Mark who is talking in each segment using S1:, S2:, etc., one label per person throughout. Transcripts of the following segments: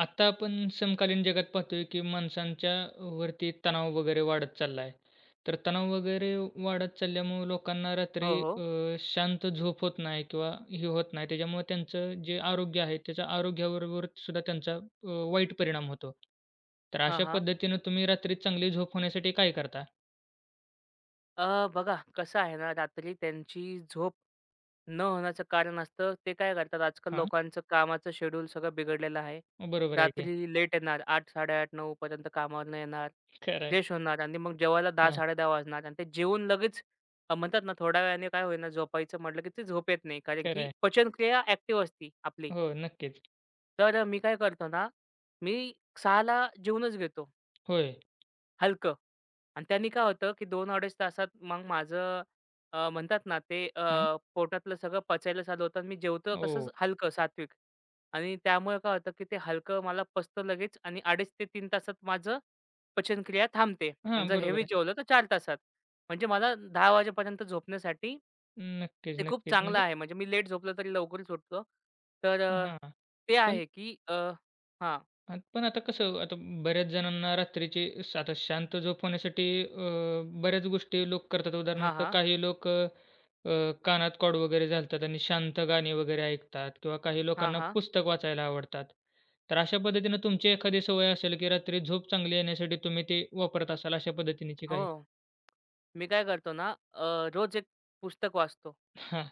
S1: आता आपण समकालीन जगात पाहतोय, की माणसांच्या वरती तणाव वगैरे वाढत चालला आहे. तर तणाव वगैरे वाढत चालल्यामुळे लोकांना रात्री
S2: हो, हो.
S1: शांत झोप होत नाही किंवा हे होत नाही. त्याच्यामुळे त्यांचं जे आरोग्य आहे, त्याच्या आरोग्याबरोबर सुद्धा त्यांचा वाईट परिणाम होतो. तर
S2: हां,
S1: अशा
S2: हां.
S1: पद्धतीनं तुम्ही रात्री चांगली झोप होण्यासाठी काय करता?
S2: बघा कसं आहे ना, रात्री त्यांची झोप न होण्याचं कारण असतं, ते काय करतात आजकाल
S1: हां,
S2: लोकांचं कामाचं शेड्यूल सगळं बिघडलेलं आहे.
S1: बरोबर आहे की.
S2: रात्री लेट येणार 8:00-8:30-9:00 पर्यंत कामावरनं येणार,
S1: खरं आहे.
S2: फ्रेश होणार आणि मग जेवायला
S1: हां,
S2: 10:00-10:30 वाजणार आणि ते जेवून लगेच म्हणतात ना, थोड्या वेळाने काय होईना झोपायचं म्हटलं, की ते झोप येत नाही. कारण
S1: खरं
S2: की
S1: आहे.
S2: पचनक्रिया ॲक्टिव्ह असती आपली.
S1: हो, नक्कीच.
S2: तर मी काय करतो ना, मी 6:00ला जेवूनच घेतो.
S1: होय.
S2: हलकं. आणि त्यांनी काय होतं, की 2-2.5 तासात मग माझं म्हणतात ना ते
S1: हां.
S2: पोटातलं सगळं पचायला चालू होतं आणि मी जेवतो कसं
S1: हो.
S2: हलकं, सात्विक. आणि त्यामुळे काय होतं, की ते हलकं मला पचतं लगेच आणि 2.5 ते 3 तासात माझं पचनक्रिया थांबते आणि
S1: हां,
S2: जर
S1: बरोबर
S2: हेवी
S1: आहे.
S2: जेवलं तर 4 तासात. म्हणजे मला 10 वाजेपर्यंत झोपण्यासाठी
S1: नक्कीच,
S2: ते खूप
S1: नक्कीच.
S2: चांगलं
S1: म्हणजे
S2: आहे. म्हणजे मी लेट झोपलो तरी लवकरच उठतो. तर
S1: हां.
S2: ते
S1: पण
S2: आहे, की हां.
S1: हां, पण आता कसं आता बऱ्याच जणांना रात्रीची स आता शांत झोप होण्यासाठी बऱ्याच गोष्टी लोक करतात.
S2: हां,
S1: उदाहरणार्थ
S2: हां.
S1: काही लोक अ, अ, कानात कॉर्ड वगैरे घालतात आणि शांत गाणी वगैरे ऐकतात किंवा काही
S2: हां,
S1: लोकांना
S2: हां.
S1: पुस्तक वाचायला आवडतात. तर अशा पद्धतीनं तुमची एखादी सवय असेल, की रात्री झोप चांगली येण्यासाठी तुम्ही ते वापरत असाल अशा पद्धतीनेची
S2: हो.
S1: काही?
S2: मी काय करतो ना, रोज एक पुस्तक वाचतो.
S1: हां,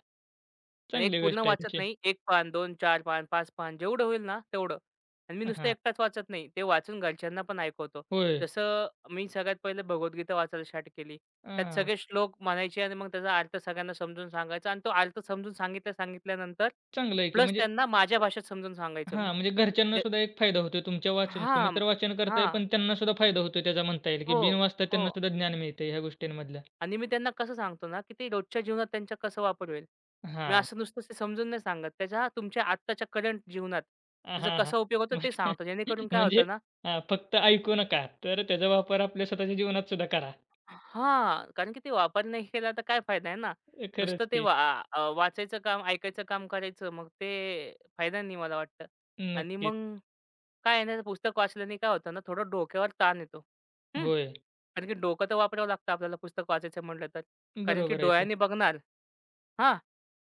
S2: आणि एक
S1: चांगली
S2: पूर्ण
S1: गोष्ट आहे
S2: वाचत
S1: तशी.
S2: नाही. एक पान, दोन, चार पान, 5 पान जेवढं होईल ना तेवढं. आणि मी नुसतं
S1: हां.
S2: एकटाच वाचत नाही. ते वाचून घरच्यांना पण ऐकवतो.
S1: होय.
S2: जसं मी सगळ्यात पहिले भगवद्गीता वाचायला स्टार्ट केली. त्यात
S1: हां,
S2: सगळे श्लोक म्हणायचे आणि मग त्याचा अर्थ सगळ्यांना समजून सांगायचा आणि तो अर्थ समजून सांगितल्या सांगितल्यानंतर
S1: चांगलं आहे की
S2: प्लस
S1: म्हणजे
S2: त्यांना माझ्या भाषेत समजून सांगायचं मी.
S1: हां, म्हणजे घरच्यांना
S2: जे
S1: सुद्धा एक फायदा होतोय तुमच्या वाचन तुम्ही
S2: हां,
S1: तर वाचन करताय,
S2: हां.
S1: पण त्यांना सुद्धा फायदा होतोय त्याचा म्हणता येईल, की
S2: हो,
S1: बिन वाचता त्यांना
S2: हो.
S1: सुद्धा ज्ञान मिळतंय ह्या गोष्टींमधलं.
S2: आणि मी त्यांना कसं सांगतो ना, की ते रोजच्या जीवनात त्यांच्या कसं वापर होईल. मी
S1: हां.
S2: असं नुसतं ते समजून नाही सांगत. त्याचा तुमच्या आत्ताच्या करंट जीवनात त्याचा
S1: हां, हां.
S2: कसा उपयोग होतो ते सांगतो. जेणेकरून काय
S1: म्हणजे
S2: होतं ना.
S1: हां, फक्त ऐकू नका, तर त्याचा वापर आपल्या स्वतःच्या जीवनात सुद्धा करा.
S2: हां, कारण की ते वापर नाही केला तर काय फायदा आहे ना. नुसतं
S1: खरंच
S2: ते
S1: की.
S2: वाचायचं काम, ऐकायचं काम करायचं मग ते फायदा नाही मला वाटतं. आणि मग
S1: नक्कीच.
S2: काय आहे ना, ते पुस्तक वाचल्याने काय होतं ना थोडं डोक्यावर ताण येतो. हं,
S1: होय.
S2: कारण की डोकं तर वापरावं लागतं आपल्याला पुस्तक वाचायचं म्हटलं तर. कारण की
S1: बरोबर आहे की.
S2: डोळ्यांनी बघणार हां.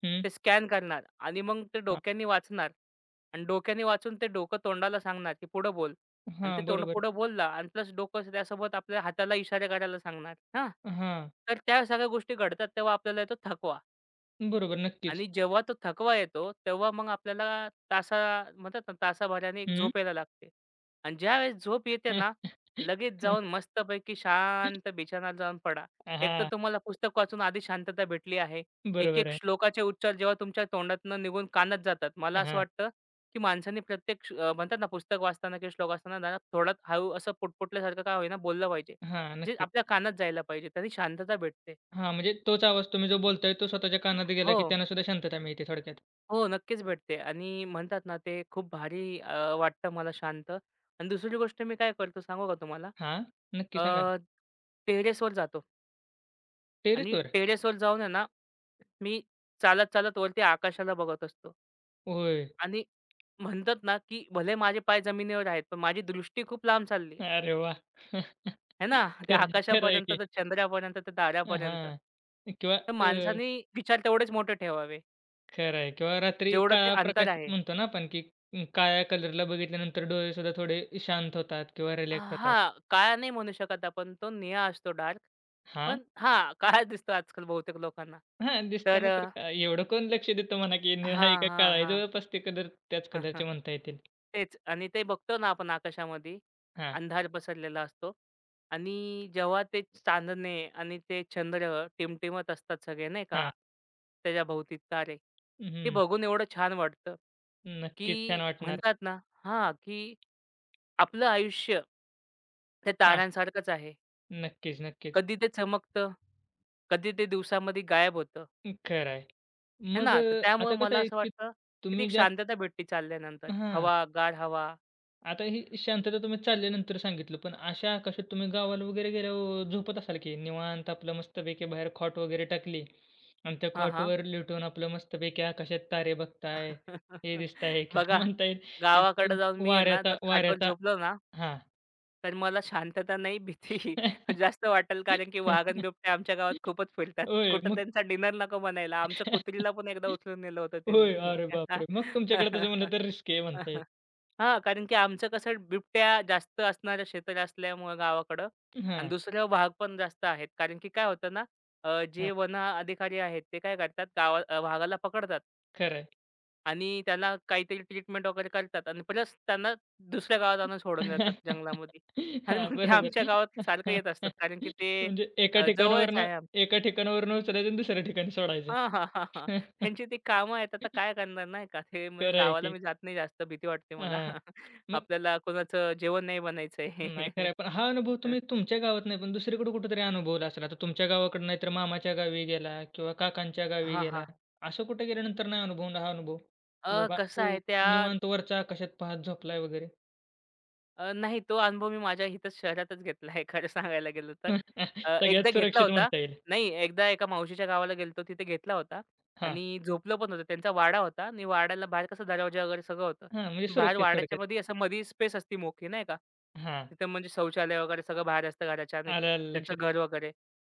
S1: हं.
S2: ते स्कॅन करणार आणि मग ते
S1: हां.
S2: डोक्यानी वाचणार आणि डोक्याने वाचून ते डोकं तोंडाला सांगणार, की पुढं बोल आणि
S1: हां,
S2: ते तोंड
S1: बरोबर.
S2: पुढं बोलला आणि प्लस डोकं त्यासोबत आपल्या हाताला इशारे करायला सांगणार. हां.
S1: हां.
S2: तर त्या सगळ्या गोष्टी घडतात तेव्हा आपल्याला येतो थकवा.
S1: बरोबर, नक्कीच.
S2: आणि जेव्हा तो थकवा येतो, तेव्हा मग आपल्याला म्हणतात ना, तासाभराने एक
S1: हं.
S2: झोप यायला लागते. आणि ज्यावेळेस झोप येते ना, लगेच जाऊन मस्तपैकी शांत बिछानात जाऊन पडा. एक तर
S1: हां,
S2: तुम्हाला पुस्तक वाचून आधी शांतता भेटली आहे.
S1: बरोबर
S2: एक-एक
S1: आहे.
S2: श्लोकाचे उच्चार जेव्हा तुमच्या तोंडातून निघून कानात जातात. मला असं
S1: हां,
S2: वाटतं, की माणसाने प्रत्येक म्हणतात ना, पुस्तक वाचताना किंवा श्लोक वाचताना जरा थोडं हळू असं पुटपुटल्यासारखं का होईना बोललं पाहिजे.
S1: हां,
S2: जे
S1: नक्कीच.
S2: आपल्या कानात जायला पाहिजे. त्याने शांतता भेटते.
S1: हां, म्हणजे तोच आवाज तुम्ही जो बोलताय तो स्वतःच्या कानात गेला,
S2: हो.
S1: की त्यांना सुद्धा शांतता मिळते थोडक्यात.
S2: हो, नक्कीच भेटते आणि म्हणतात ना, ते खूप भारी वाटतं मला शांत. आणि दुसरी गोष्ट मी काय करतो सांगू का तुम्हाला?
S1: हां, नक्की सांगा ना.
S2: अ, टेरेसवर जातो आणि
S1: टेरेसवर?
S2: टेरेसवर जाऊन आहे ना, मी चालत-चालत वरती आकाशाला बघत असतो
S1: होय.
S2: आणि म्हणतात ना, की भले माझे पाय जमिनीवर आहेत, पण माझी दृष्टी खूप लांब चालली आहे.
S1: अरे वाह!
S2: आहे ना? त्या
S1: खरं खरं आहे
S2: आकाशापर्यंत,
S1: की.
S2: त्या चंद्रापर्यंत, त्या ताऱ्यापर्यंत.
S1: हां. किंवा
S2: तर
S1: अ,
S2: माणसाने विचार तेवढेच मोठे ठेवावे,
S1: खरं आहे किंवा रात्री
S2: जेवढं ते
S1: काळा
S2: अंतर
S1: प्रकाश
S2: आहे.
S1: म्हणतो ना आपण, की अं, काळ्या कलरला बघितल्यानंतर डोळे सुद्धा थोडे शांत होतात किंवा रिलॅक्स होतात.
S2: हां, काळा नाही म्हणू शकत आपण. तो निळा असतो डार्क.
S1: हां,
S2: पण हां, काळा दिसतो आजकाल बहुतेक लोकांना.
S1: हां,
S2: तर
S1: दिसताना तर
S2: अ,
S1: काय एवढं कोण लक्ष देतं म्हणा, की निळा आहे
S2: हां,
S1: का
S2: हां,
S1: काळा आहे.
S2: हां.
S1: जवळपास ते कलर त्याच कलरचे म्हणता येतील.
S2: तेच. आणि ते बघतो ना आपण आकाशामध्ये,
S1: हां,
S2: अंधार पसरलेला असतो आणि जेव्हा ते चांदणे आणि ते चंद्र टिमटिमत असतात सगळे नाही का,
S1: हां.
S2: त्याच्या भोवती तारे. ते
S1: हं,
S2: बघून एवढं छान वाटतं,
S1: नक्कीच
S2: की
S1: छान वाटणार.
S2: म्हणतात ना. हां, की आपलं आयुष्य त्या
S1: हां.
S2: ताऱ्यांसारखंच आहे.
S1: नक्कीच, नक्कीच.
S2: कधी ते चमकतं, कधी ते दिवसामध्ये गायब होतं,
S1: खरं आहे.
S2: है
S1: मग
S2: ना? तर त्यामुळे
S1: आता कसं
S2: मला
S1: आहे,
S2: असं
S1: की
S2: वाटतं, की ती
S1: तुम्ही
S2: एक
S1: ज्या
S2: शांतता भेटते चालल्यानंतर.
S1: हां.
S2: हवा, गार हवा.
S1: आता ही शांतता तुम्ही चालल्यानंतर सांगितलं, पण अशा आकाशात तुम्ही गावाला वगैरे गेल्यावर झोपत असाल की निवांत आपलं मस्तपैकी बाहेर खॉट वगैरे टाकली आणि त्या
S2: हां, हां.
S1: खॉटवर लेटून आपलं मस्तपैकी आकाशात तारे बघताय, हे दिसताय किंवा
S2: बघा,
S1: म्हणता येईल, की अ,
S2: गावाकडे जाऊन मी आहे ना, जर
S1: वाऱ्याचा
S2: खाटवर
S1: वाऱ्याचा
S2: झोपलो ना
S1: हां.
S2: तर मला शांतता नाही, भीती जास्त वाटेल, कारण की वाघन बिबट्या आमच्या गावात खूपच फिरतात.
S1: होय,
S2: कुठं
S1: मग
S2: त्यांचा डिनर नको बनायला. आमच्या कुत्रीला पण एकदा उचलून नेलं होतं
S1: होय.
S2: त्यांनी.
S1: अरे बापरे! मग तुमच्याकडे तसं म्हणलं तर रिस्की आहे म्हणता येईल.
S2: हां, कारण की आमचं कसं बिबट्या जास्त असणारं क्षेत्र असल्यामुळं गावाकडं. आणि
S1: हां.
S2: दुसरं वाघ पण जास्त आहेत. कारण की काय होतं ना, जे
S1: हां,
S2: वन अधिकारी आहेत ते काय करतात वाघाला पकडतात
S1: खरं आहे.
S2: आणि त्याला काहीतरी ट्रीटमेंट वगैरे करतात आणि प्लस त्यांना दुसऱ्या गावात आणून सोडून जातात जंगलामध्ये आणि
S1: हां,
S2: मग ते आमच्या
S1: बरोबर.
S2: गावात सारखं येत असतात. कारण की ते
S1: म्हणजे एका
S2: जवळच
S1: ठिकाणावरनं
S2: आहे आमच्या.
S1: एका ठिकाणावरनं उचलायचं आणि दुसऱ्या ठिकाणी सोडायचं.
S2: हां, हां, हां, हां. त्यांची ती कामं आहेत. आता काय करणार नाही का? ते म्हणून
S1: खरं आहे
S2: गावाला
S1: की.
S2: मी जात नाही जास्त. भीती वाटते मला.
S1: हां, मग
S2: आपल्याला कोणाचं जेवण नाही बनायचंय.
S1: नाही खरं आहे. पण हा अनुभव तुम्ही तुमच्या गावात नाही, पण दुसरीकडे कुठेतरी अनुभवला असेल. आता तुमच्या गावाकडे नाही तर मामाच्या गावी गेला किंवा काकांच्या गावी
S2: हां,
S1: गेला.
S2: हां.
S1: असं कुठे गेल्यानंतर नाही अनुभवला हा अनुभव,
S2: अ,
S1: की बाबा
S2: कसं
S1: ओ
S2: आहे त्या
S1: निवांत वरच्या आकाशात पाहत झोपलाय वगैरे?
S2: अ, नाही तो अनुभव मी माझ्या इथं शहरातच घेतला आहे खरं सांगायला गेलं तर. एकदा
S1: सगळ्यात
S2: घेतला
S1: सुरक्षित
S2: होता.
S1: म्हणता येईल.
S2: नाही, एकदा एका मावशीच्या गावाला गेलो तिथे घेतला होता
S1: हां,
S2: आणि झोपलो पण होतो. त्यांचा वाडा होता आणि वाड्याला बाहेर कसं दरवाजा वगैरे सगळं होतं.
S1: हां, म्हणजे
S2: बाहेर
S1: सुरक्षित
S2: वाड्याच्या
S1: थोडक्यात.
S2: मध्ये असं मधी स्पेस असती मोकळी नाही का?
S1: हां,
S2: तिथं म्हणजे शौचालय वगैरे सगळं बाहेर असतं घराच्या आणि
S1: आलं, आलं
S2: त्यांचं
S1: लक्षात.
S2: घर वगैरे.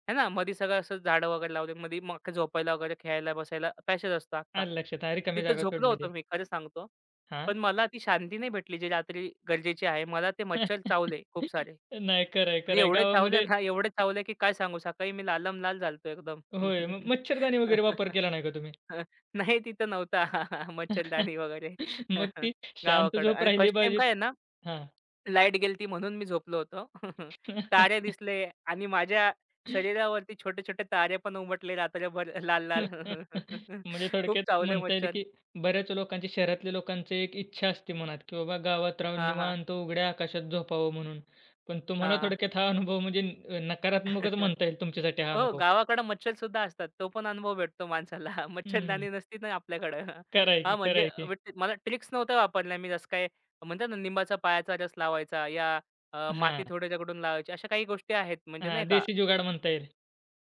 S2: आहे ना? मधी सगळं असं झाडं वगैरे लावले. मधी मग झोपायला वगैरे, खेळायला, बसायला पॅसेज असतो अख्खा.
S1: आलं लक्षात. अरे, कमी
S2: तिथं
S1: जागा
S2: झोपलो होतो
S1: सोडलेली.
S2: मी खरं सांगतो.
S1: हां.
S2: पण मला ती शांती नाही भेटली, जी रात्री गरजेची आहे. मला ते मच्छर चावले खूप सारे
S1: नाही खरं आहे,
S2: आणि
S1: खरं आहे.
S2: एवढे चावले
S1: गावामध्ये
S2: ना, एवढे चावले की काय सांगू? सकाळी मी लालमलाल झालतो एकदम.
S1: होय, मग मच्छरदाणी वगैरे वापर केला नाही का तुम्ही?
S2: हं, नाही तिथं नव्हता मच्छरदाणी वगैरे
S1: मग ती शांत
S2: गावाकडं.
S1: झोप
S2: आणि
S1: राहिली
S2: फर्स्ट टाईम
S1: पाहिजे
S2: काय आहे ना,
S1: हां.
S2: लाईट गेलती म्हणून मी झोपलो होतो. तारे दिसले आणि माझ्या शरीरावरती छोटे-छोटे तारे पण उमटले रात्रभर लाल-लाल.
S1: म्हणजे
S2: खूप
S1: थोडक्यात
S2: चावले
S1: म्हणता येईल,
S2: मच्छर.
S1: की बऱ्याच लोकांची शहरातल्या लोकांची एक इच्छा असते मनात, की बाबा गावात राहून
S2: हां, हां.
S1: निवांत उघड्या आकाशात झोपावं म्हणून. पण तुम्हाला
S2: हां.
S1: थोडक्यात हा अनुभव म्हणजे नकारात्मकच म्हणता येईल तुमच्यासाठी हा
S2: हो,
S1: अनुभव.
S2: गावाकडं मच्छर सुद्धा असतात. तो पण अनुभव भेटतो माणसाला.
S1: हं.
S2: मच्छरदाणी नसती ना आपल्याकडं.
S1: खरं आहे की,
S2: हां,
S1: खरं
S2: म्हणजे
S1: आहे की.
S2: विट मला ट्रिक्स नव्हत्या वापरल्या. मी जसं काय म्हणतात ना लिंबाचा पायाचा रस लावायचा, या
S1: हां,
S2: माती थोड़े रगडून लावायची. अशा काही गोष्टी आहेत म्हणजे नाही
S1: हां.
S2: का.
S1: देशी जुगाड म्हणता येईल.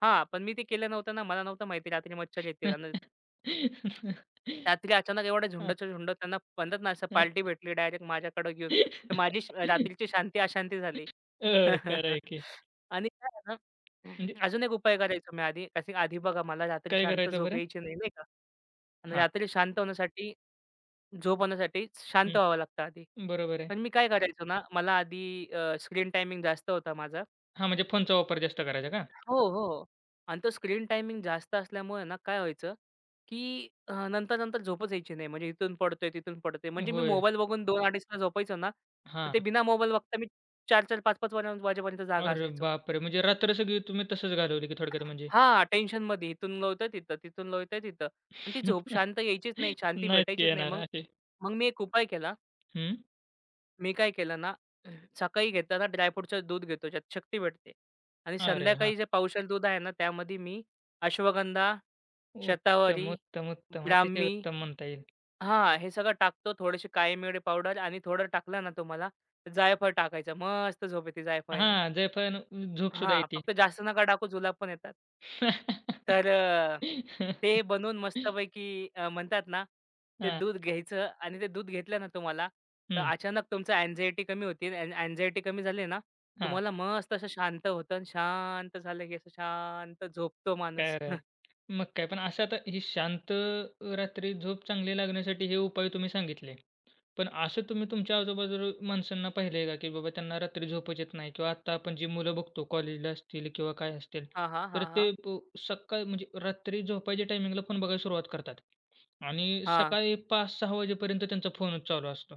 S2: हां, पण मी ते केलं नव्हतं ना. मला नव्हतं माहिती रात्री मच्छर येतील
S1: हां.
S2: आणि रात्री अचानक एवढ्या झुंडाच्या झुंड त्यांना म्हणतात ना असं पार्टी भेटली डायरेक्ट माझ्याकडे घेऊन. तर माझी रात्रीची शांती अशांती झाली.
S1: खरं आहे की.
S2: आणि काय आहे ना,
S1: म्हणजे
S2: अजून एक उपाय करायचो मी आधी. कारण आधी बघा मला रात्री
S1: काय
S2: शांत
S1: करायचं
S2: झोप
S1: बरं?
S2: यायची नाही, नाही का. आणि
S1: हां.
S2: रात्री शांत होण्यासाठी झोप होण्यासाठी शांत
S1: हं.
S2: व्हावं लागतं आधी.
S1: बरोबर आहे.
S2: पण मी काय करायचो ना, मला आधी स्क्रीन टायमिंग जास्त होता माझा.
S1: हां, म्हणजे फोनचा वापर जास्त करायचा का?
S2: हो, हो. आणि तो स्क्रीन टायमिंग जास्त असल्यामुळे ना काय व्हायचं, की नंतर-नंतर झोपच यायची नाही. म्हणजे इथून पडतोय, तिथून पडतोय. म्हणजे मी
S1: होय.
S2: मोबाईल बघून 2:00-2:30ला झोपायचो ना, तर
S1: हां.
S2: ते बिना मोबाईल बघता मी 4-4, 5-5 वाजेपर्यंत जागा
S1: अरे
S2: असायचो.
S1: बापरे! म्हणजे रात्र सगळी तुम्ही तसंच घालवली की थोडक्यात म्हणजे.
S2: हां, टेन्शनमध्ये इथून लोळतोय तिथं, तिथून लोळतोय तिथं आणि ती झोप शांत यायचीच नाही, शांती
S1: नाहीत की
S2: भेटायचीच नाही.
S1: येणार
S2: मग
S1: असे.
S2: मग मी एक उपाय केला.
S1: हं.
S2: मी काय केलं ना, सकाळी घेताना ड्रायफ्रुटचं दूध घेतो, ज्यात शक्ती भेटते आणि
S1: अरे हां.
S2: संध्याकाळी जे पावशेर दूध आहे ना, त्यामध्ये मी अश्वगंधा,
S1: उत्तम,
S2: शतावरी,
S1: उत्तम, उत्तम. अतिशय
S2: ब्राह्मी,
S1: उत्तम म्हणता येईल.
S2: हां, हे सगळं टाकतो. थोडीशी काळी मिरी पावडर आणि थोडं टाकलं ना तुम्हाला, तर जायफळ टाकायचं. मस्त झोप येते जायफळाने.
S1: हां, जायफळानं झोपसुद्धा
S2: हां,
S1: येते.
S2: फक्त जास्त नका टाकू जुलाब पण येतात. तर अ, ते बनवून मस्तपैकी म्हणतात ना, ते
S1: हां.
S2: दूध घ्यायचं आणि ते दूध घेतलं ना तुम्हाला, तर
S1: हं.
S2: अचानक तुमचं अँक्झायटी कमी होतील आणि कमी झाली ना,
S1: हां.
S2: तुम्हाला मस्त असं शांत होतं आणि शांत झालं की असं शांत झोपतो माणूस.
S1: खरं आहे. मग काय, पण असं आता ही शांत रात्री झोप चांगली लागण्यासाठी हे उपाय तुम्ही सांगितले. पण असं तुम्ही तुमच्या आजूबाजूला माणसांना पाहिलंय का, की बाबा त्यांना रात्री झोपच येत नाही किंवा आता आपण जी मुलं बघतो कॉलेजला असतील किंवा काय असतील,
S2: हां, हां,
S1: तर
S2: हां, हां.
S1: ते प सकाळी म्हणजे रात्री झोपायच्या टायमिंगला फोन बघायला सुरुवात करतात आणि
S2: हां,
S1: सकाळी 5-6 वाजेपर्यंत त्यांचा फोनच चालू असतो.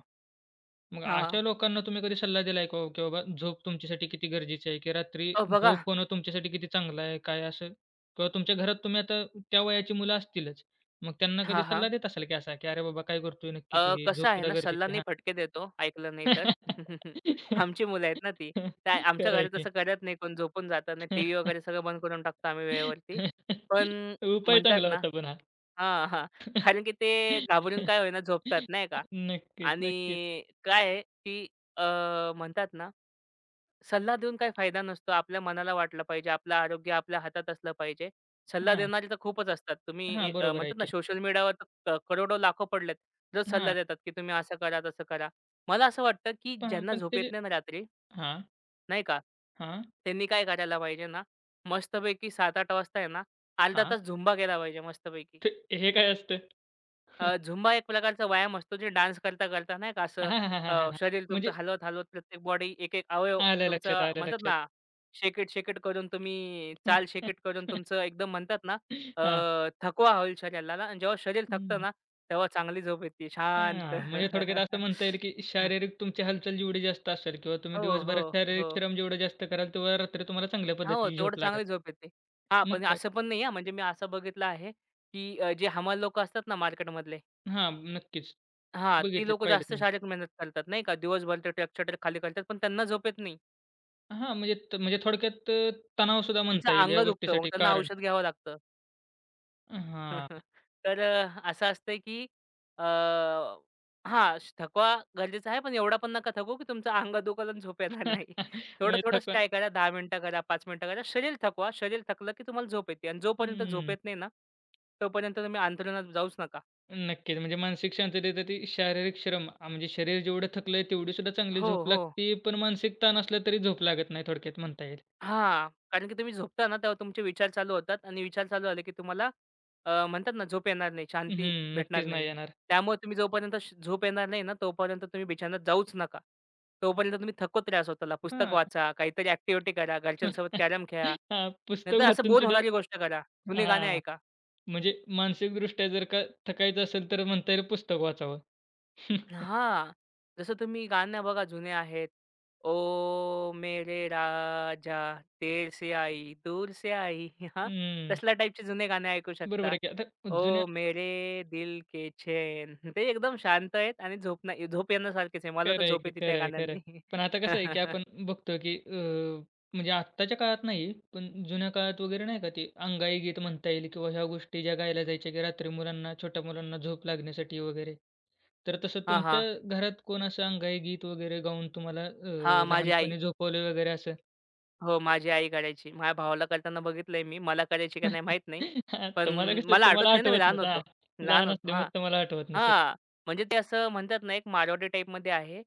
S1: मग
S2: हां.
S1: अशा लोकांना तुम्ही कधी सल्ला दिलाय का हो, की बाबा झोप तुमच्यासाठी किती गरजेची आहे, की रात्री
S2: अहो बघा.
S1: झोप होणं तुमच्यासाठी किती चांगलं आहे, काय असं? किंवा तुमच्या घरात तुम्ही आता त्या वयाची मुलं असतीलच. मग त्यांना कधी
S2: हां, हां.
S1: सल्ला देत असाल की असा, की "अरे बाबा काय करतोय नक्की तू हे?
S2: कसं
S1: झोप
S2: आहे
S1: सुद्धा
S2: ना, सल्ला
S1: गरजेची आहे."
S2: नाही
S1: हां.
S2: फटके देतो, ऐकलं नाही तर. आमची मुलं आहेत ना ती. काय आमच्या
S1: खरं
S2: घरात
S1: की.
S2: तसं करत नाही कोण, झोपून जातं. नाही टीव्ही वगैरे सगळं बंद करून टाकतो आम्ही वेळेवरती. पण
S1: उपाय
S2: म्हणतात
S1: चांगला
S2: ना.
S1: होता पण हा.
S2: हां, हां. कारण की ते घाबरून काय होईना झोपतात नाही का?
S1: नक्कीच, नक्कीच.
S2: आणि काय आहे, की अ, म्हणतात ना, सल्ला देऊन काही फायदा नसतो. आपल्या मनाला वाटलं पाहिजे, आपलं आरोग्य आपल्या हातात असलं पाहिजे. सल्ला
S1: हां,
S2: देणारे तर खूपच असतात. तुम्ही
S1: हां, बरोबर आहे
S2: म्हणतात ना
S1: की.
S2: सोशल मीडियावर तर करोडो लाखो पडलेत. जो सल्ला
S1: हां,
S2: देतात, की तुम्ही असं करा, तसं करा. मला असं वाटतं, की
S1: पण
S2: ज्यांना
S1: पण
S2: झोप येत
S1: त्याचे
S2: नाही ना रात्री,
S1: हां,
S2: नाही का?
S1: हां,
S2: त्यांनी काय करायला पाहिजे ना, मस्तपैकी 7:00-8:00 वाजता आहे ना, अर्धा
S1: हां.
S2: तास झुंबा केला पाहिजे मस्तपैकी.
S1: ते हे काय असतं?
S2: झुंबा एक प्रकारचा व्यायाम असतो जे डान्स करता, करता नाही का
S1: हां,
S2: असं,
S1: हां, हां, हां, हां, हां.
S2: शरीर तुमचं
S1: म्हणजे
S2: हलवत, हलवत प्रत्येक बॉडी एक-एक अवयव
S1: आलं
S2: तुमचा
S1: लक्षात, आलं
S2: म्हणतात
S1: लक्षात.
S2: ना, शेक इट, करून तुम्ही शेक इट करून तुमचं एकदम म्हणतात ना,
S1: हां,
S2: थकवा होईल शरीराला आणि जेव्हा शरीर थकतं
S1: हं.
S2: ना, तेव्हा चांगली झोप येते शांत.
S1: हां, म्हणजे थोडक्यात असं म्हणता येईल, की शारीरिक तुमची हालचाल जेवढी जास्त असेल किंवा तुम्ही
S2: हो, हो,
S1: दिवसभरात
S2: हो.
S1: शारीरिक श्रम जेवढे जास्त कराल, तेव्हा रात्री तुम्हाला चांगल्या
S2: हो,
S1: पद्धतीची
S2: तेवढं
S1: झोप लागेल.
S2: चांगली झोप येते. हां,
S1: मग
S2: पण
S1: काय
S2: असं पण नाही हां, म्हणजे मी असं बघितलं आहे, की जे हमाल लोकं असतात ना मार्केटमधले.
S1: हां, नक्कीच.
S2: हां, ती
S1: बघितलेत,
S2: लोकं
S1: पाहिलेत
S2: जास्त
S1: मी.
S2: शारीरिक मेहनत करतात नाही का. दिवसभर ते ट्रकच्या ट्रक खाली करतात, पण त्यांना झोप येत नाही.
S1: हां, म्हणजे त म्हणजे थोडक्यात तणावसुद्धा
S2: त्यांचं
S1: म्हणता येईल
S2: अंग
S1: या
S2: दुखतं, मग
S1: गोष्टीसाठी
S2: त्यांना
S1: कारण.
S2: औषध घ्यावं लागतं.
S1: हां,
S2: असं असतंय की अ, हां, थकवा गरजेचा आहे, पण एवढा पण नका थकवू की तुमचं अंग दुखल आणि झोप येणार नाही.
S1: म्हणजे
S2: थोडं-थोडंच
S1: थकवा
S2: ट्राय करा. 10 मिनिटं करा, 5 मिनिटं करा. शरीर थकवा. शरीर थकलं की तुम्हाला झोप येते आणि जोपर्यंत झोप येत नाही ना, तोपर्यंत तुम्ही अंथरुणात जाऊच नका.
S1: नक्कीच. म्हणजे मानसिक शांततेत ती शारीरिक श्रम आ, म्हणजे शरीर जेवढं थकलंय तेवढी सुद्धा चांगली
S2: हो,
S1: झोप
S2: हो.
S1: लागते. पण मानसिक ताण असला तरी झोप लागत नाही थोडक्यात म्हणता येईल.
S2: हां. कारण की तुम्ही झोपता ना, तेव्हा तुमचे विचार चालू होतात आणि विचार चालू झाले की तुम्हाला म्हणतात ना, झोप येणार नाही, शांती
S1: हं,
S2: भेटणार
S1: नक्कीच नाही
S2: नाही.
S1: येणार.
S2: त्यामुळे तुम्ही जोपर्यंत झोप येणार नाही ना, तोपर्यंत तुम्ही बिछान्यात जाऊच नका. तोपर्यंत तुम्ही थकवत राहा स्वतःला. पुस्तक
S1: हां.
S2: वाचा, काहीतरी ॲक्टिव्हिटी करा, घरच्यांसोबत कॅरम खेळा.
S1: हां, पुस्तक
S2: नाहीतर असं
S1: वाचून
S2: बोर
S1: सुद्धा
S2: होणारी गोष्ट करा. जुने गाणे
S1: हां,
S2: ऐका.
S1: म्हणजे मानसिकदृष्ट्या जर का थकायचं असेल तर म्हणता येईल पुस्तक वाचावं.
S2: हां. जसं तुम्ही गाणं बघा जुने आहेत. ओ मेरे राजा, तेरे से आई, दूर से आई. हां,
S1: हं,
S2: तसल्या टाईपचे जुने गाणे ऐकू
S1: बरोबर
S2: शकता.
S1: आहे की. आता जुन्या
S2: ओ मेरे दिल के चैन. ते एकदम शांत आहेत आणि झोप नाही, झोप येण्यासारखेच आहे. मला तर
S1: खरं आहे
S2: झोप
S1: की.
S2: येते त्या
S1: खरं आहे, खरं आहे.
S2: गाण्यांनी.
S1: पण आता कसं आहे, की आपण बघतो, की म्हणजे आत्ताच्या काळात नाही, पण जुन्या काळात वगैरे नाही का ते अंगाई गीत म्हणता येईल किंवा ह्या गोष्टी ज्या गायल्या जायच्या, की रात्री मुलांना, छोट्या मुलांना झोप लागण्यासाठी वगैरे. तर तसं
S2: हां,
S1: तुमच्या
S2: हां.
S1: घरात कोण असं अंगाई गीत वगैरे गाऊन तुम्हाला
S2: हां, माझी आई.
S1: लहानपणी झोपवलं वगैरे असं?
S2: हो, माझी आई करायची. माझ्या भावाला करताना बघितलंय मी. मला करायची का नाही माहीत नाही.
S1: हां,
S2: पण
S1: तुम्हाला कसं
S2: मला आठवत
S1: तुम्हाला
S2: नाही ना, मी
S1: आठवत
S2: लहान
S1: नसेल. हां,
S2: होतो. लहान
S1: लहान
S2: होतो.
S1: असल्यामुळे
S2: हां.
S1: तुम्हाला आठवत नसेल.
S2: हां, म्हणजे ते असं म्हणतात ना, एक मारवाडी टाईपमध्ये आहे.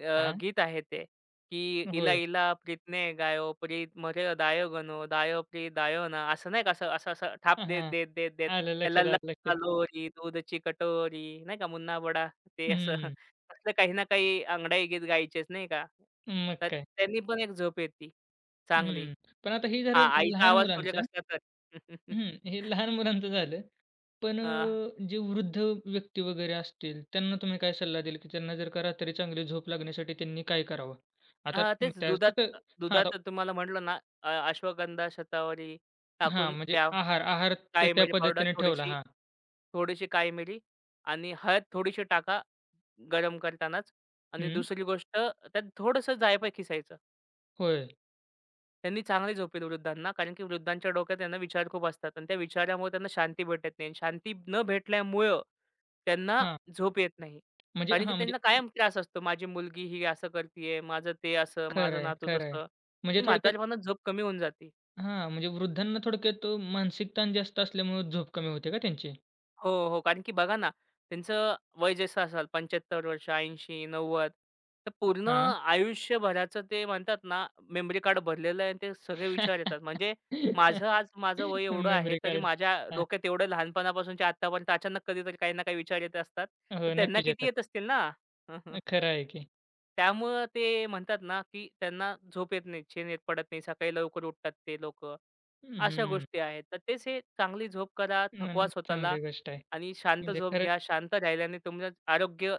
S1: हां,
S2: गीत आहे ते, की "इला
S1: होय.
S2: इला प्रीतने गायो, प्रीत मरे दायो गनो, दायो प्री दायो ना." असं नाही का, असं असं असं थाप
S1: हां,
S2: देत, देत, देत, देत.
S1: आलं लक्षात,
S2: "लल्ला
S1: आलं लक्षात.
S2: लोरी, दूधची कटोरी." नाही का, मुन्ना बडा. ते असं
S1: हं,
S2: असलं काही ना काही अंगडाई गीत गायचेच नाही का.
S1: मग
S2: तर
S1: काय?
S2: त्यांनी पण एक झोप येते चांगली.
S1: हं. पण आता हे
S2: हां,
S1: झालं
S2: आईचा
S1: लहान
S2: आवाज सुरेख
S1: मुलांचं.
S2: असला तर.
S1: हं. हे लहान मुलांचं झालं. पण
S2: हां.
S1: जे वृद्ध व्यक्ती वगैरे असतील, त्यांना तुम्ही काय सल्ला द्याल, की त्यांना जर का रात्री चांगली झोप लागण्यासाठी त्यांनी काय करावं? आता
S2: हां, तेच
S1: त्यात
S2: दुधात
S1: कसं
S2: अ,
S1: हां, आता
S2: दुधात तुम्हाला म्हटलं ना अश्वगंधा, शतावरी
S1: हां,
S2: टाकून
S1: म्हणजे
S2: प्या.
S1: आहार आहार तर
S2: काळी
S1: त्या
S2: मिरी पावडर
S1: पद्धतीने ठेवला.
S2: थोडीशी,
S1: हां.
S2: थोडीशी काळी मिरी आणि हळद थोडीशी टाका गरम करतानाच आणि
S1: हं.
S2: दुसरी गोष्ट त्यात थोडंसं जायफळ खिसायचं.
S1: होय.
S2: त्यांनी चांगली झोपेल वृद्धांना, कारण की वृद्धांच्या डोक्यात त्यांना विचार खूप असतात आणि त्या विचारामुळे त्यांना शांती भेटत नाही आणि शांती न भेटल्यामुळं त्यांना
S1: हां.
S2: झोप येत नाही.
S1: म्हणजे
S2: कारण की
S1: हां, म्हणजे
S2: त्यांना कायम त्रास असतो. माझी मुलगी ही असं करतीये, माझं ते असं,
S1: खरं
S2: माझं
S1: आहे,
S2: नातू
S1: खरं आहे.
S2: तसं
S1: म्हणजे
S2: आणि
S1: थोडक्यात
S2: म्हातारपणात झोप कमी होऊन जाते.
S1: हां, म्हणजे वृद्धांना थोडक्यात मानसिक ताण जास्त असल्यामुळे झोप कमी होते का त्यांची?
S2: हो, हो. कारण की बघा ना, त्यांचं वय जसं असेल 75 वर्ष, 80, 90, तर पूर्ण
S1: हां.
S2: आयुष्यभराचं ते म्हणतात ना, मेमरी कार्ड भरलेलं आहे आणि ते सगळे विचार येतात. म्हणजे माझं आज माझं वय एवढं आहे,
S1: मेमरी
S2: तरी
S1: कार्ड.
S2: माझ्या
S1: हां.
S2: डोक्यात एवढं लहानपणापासूनच्या आत्तापर्यंत अचानक कधीतरी काही ना काही विचार येत असतात. तर
S1: हो,
S2: त्यांना
S1: नक्कीच
S2: किती
S1: येतात.
S2: येत असतील ना?
S1: खरं आहे की.
S2: त्यामुळं ते म्हणतात ना, की त्यांना झोप येत नाही, झेन येत पडत नाही, सकाळी लवकर उठतात ते लोक. अशा
S1: हं.
S2: गोष्टी आहेत. तर तेच हे चांगली झोप करा,
S1: नाही,
S2: थकवा
S1: नाही
S2: स्वतःला
S1: चांगली गोष्ट आहे.
S2: आणि शांत
S1: म्हणजे
S2: झोप घ्या.
S1: खरंच
S2: शांत राहिल्याने तुमचं आरोग्य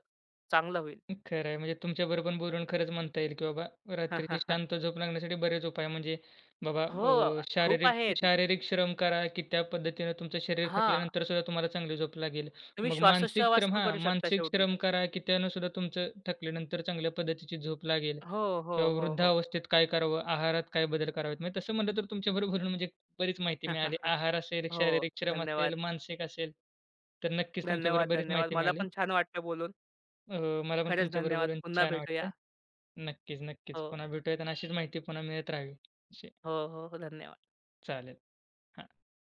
S2: चांगलं होईल.
S1: खरं आहे. म्हणजे तुमच्याबरोबर पण बोलून खरंच म्हणता येईल, की बाबा रात्रीची शांत झोप लागण्यासाठी बरेच उपाय म्हणजे बाबा
S2: हो, खूप
S1: शारीरिक
S2: आहेत.
S1: शारीरिक श्रम करा, की त्या पद्धतीनं तुमचं शरीर
S2: हां,
S1: थकल्यानंतर सुद्धा तुम्हाला चांगली झोप लागेल.
S2: तुम्ही
S1: मग मानसिक
S2: श्वासोच्छवास
S1: श्रम
S2: पण
S1: हां,
S2: करू शकता
S1: मानसिक
S2: शेवटी.
S1: श्रम करा, की त्यानं सुद्धा तुमचं थकल्यानंतर चांगल्या पद्धतीची झोप लागेल.
S2: हो,
S1: किंवा
S2: हो, हो, हो.
S1: वृद्धावस्थेत काय करावं, आहारात काय बदल करावेत. म्हणजे तसं म्हटलं तर तुमच्याबरोबर बोलून म्हणजे बरीच माहिती मिळाली. आहार असेल,
S2: हो,
S1: शारीरिक श्रम
S2: धन्यवाद.
S1: असेल, मानसिक असेल. तर नक्कीच तुमच्याबरोबर
S2: धन्यवाद,
S1: बरीच
S2: धन्यवाद.
S1: माहिती
S2: मला
S1: मिळाली.
S2: पण छान वाटलं बोलून.
S1: हो, मला पण
S2: खरंच
S1: तुमच्याबरोबर
S2: धन्यवाद.
S1: बोलून
S2: पुन्हा
S1: छान वाटलं.
S2: भेटूया.
S1: नक्कीच, नक्कीच.
S2: हो,
S1: पुन्हा भेटूयात आणि अशीच माहिती पुन्हा मिळत राहावी. अशी
S2: हो, हो, हो. धन्यवाद.
S1: चालेल. हां.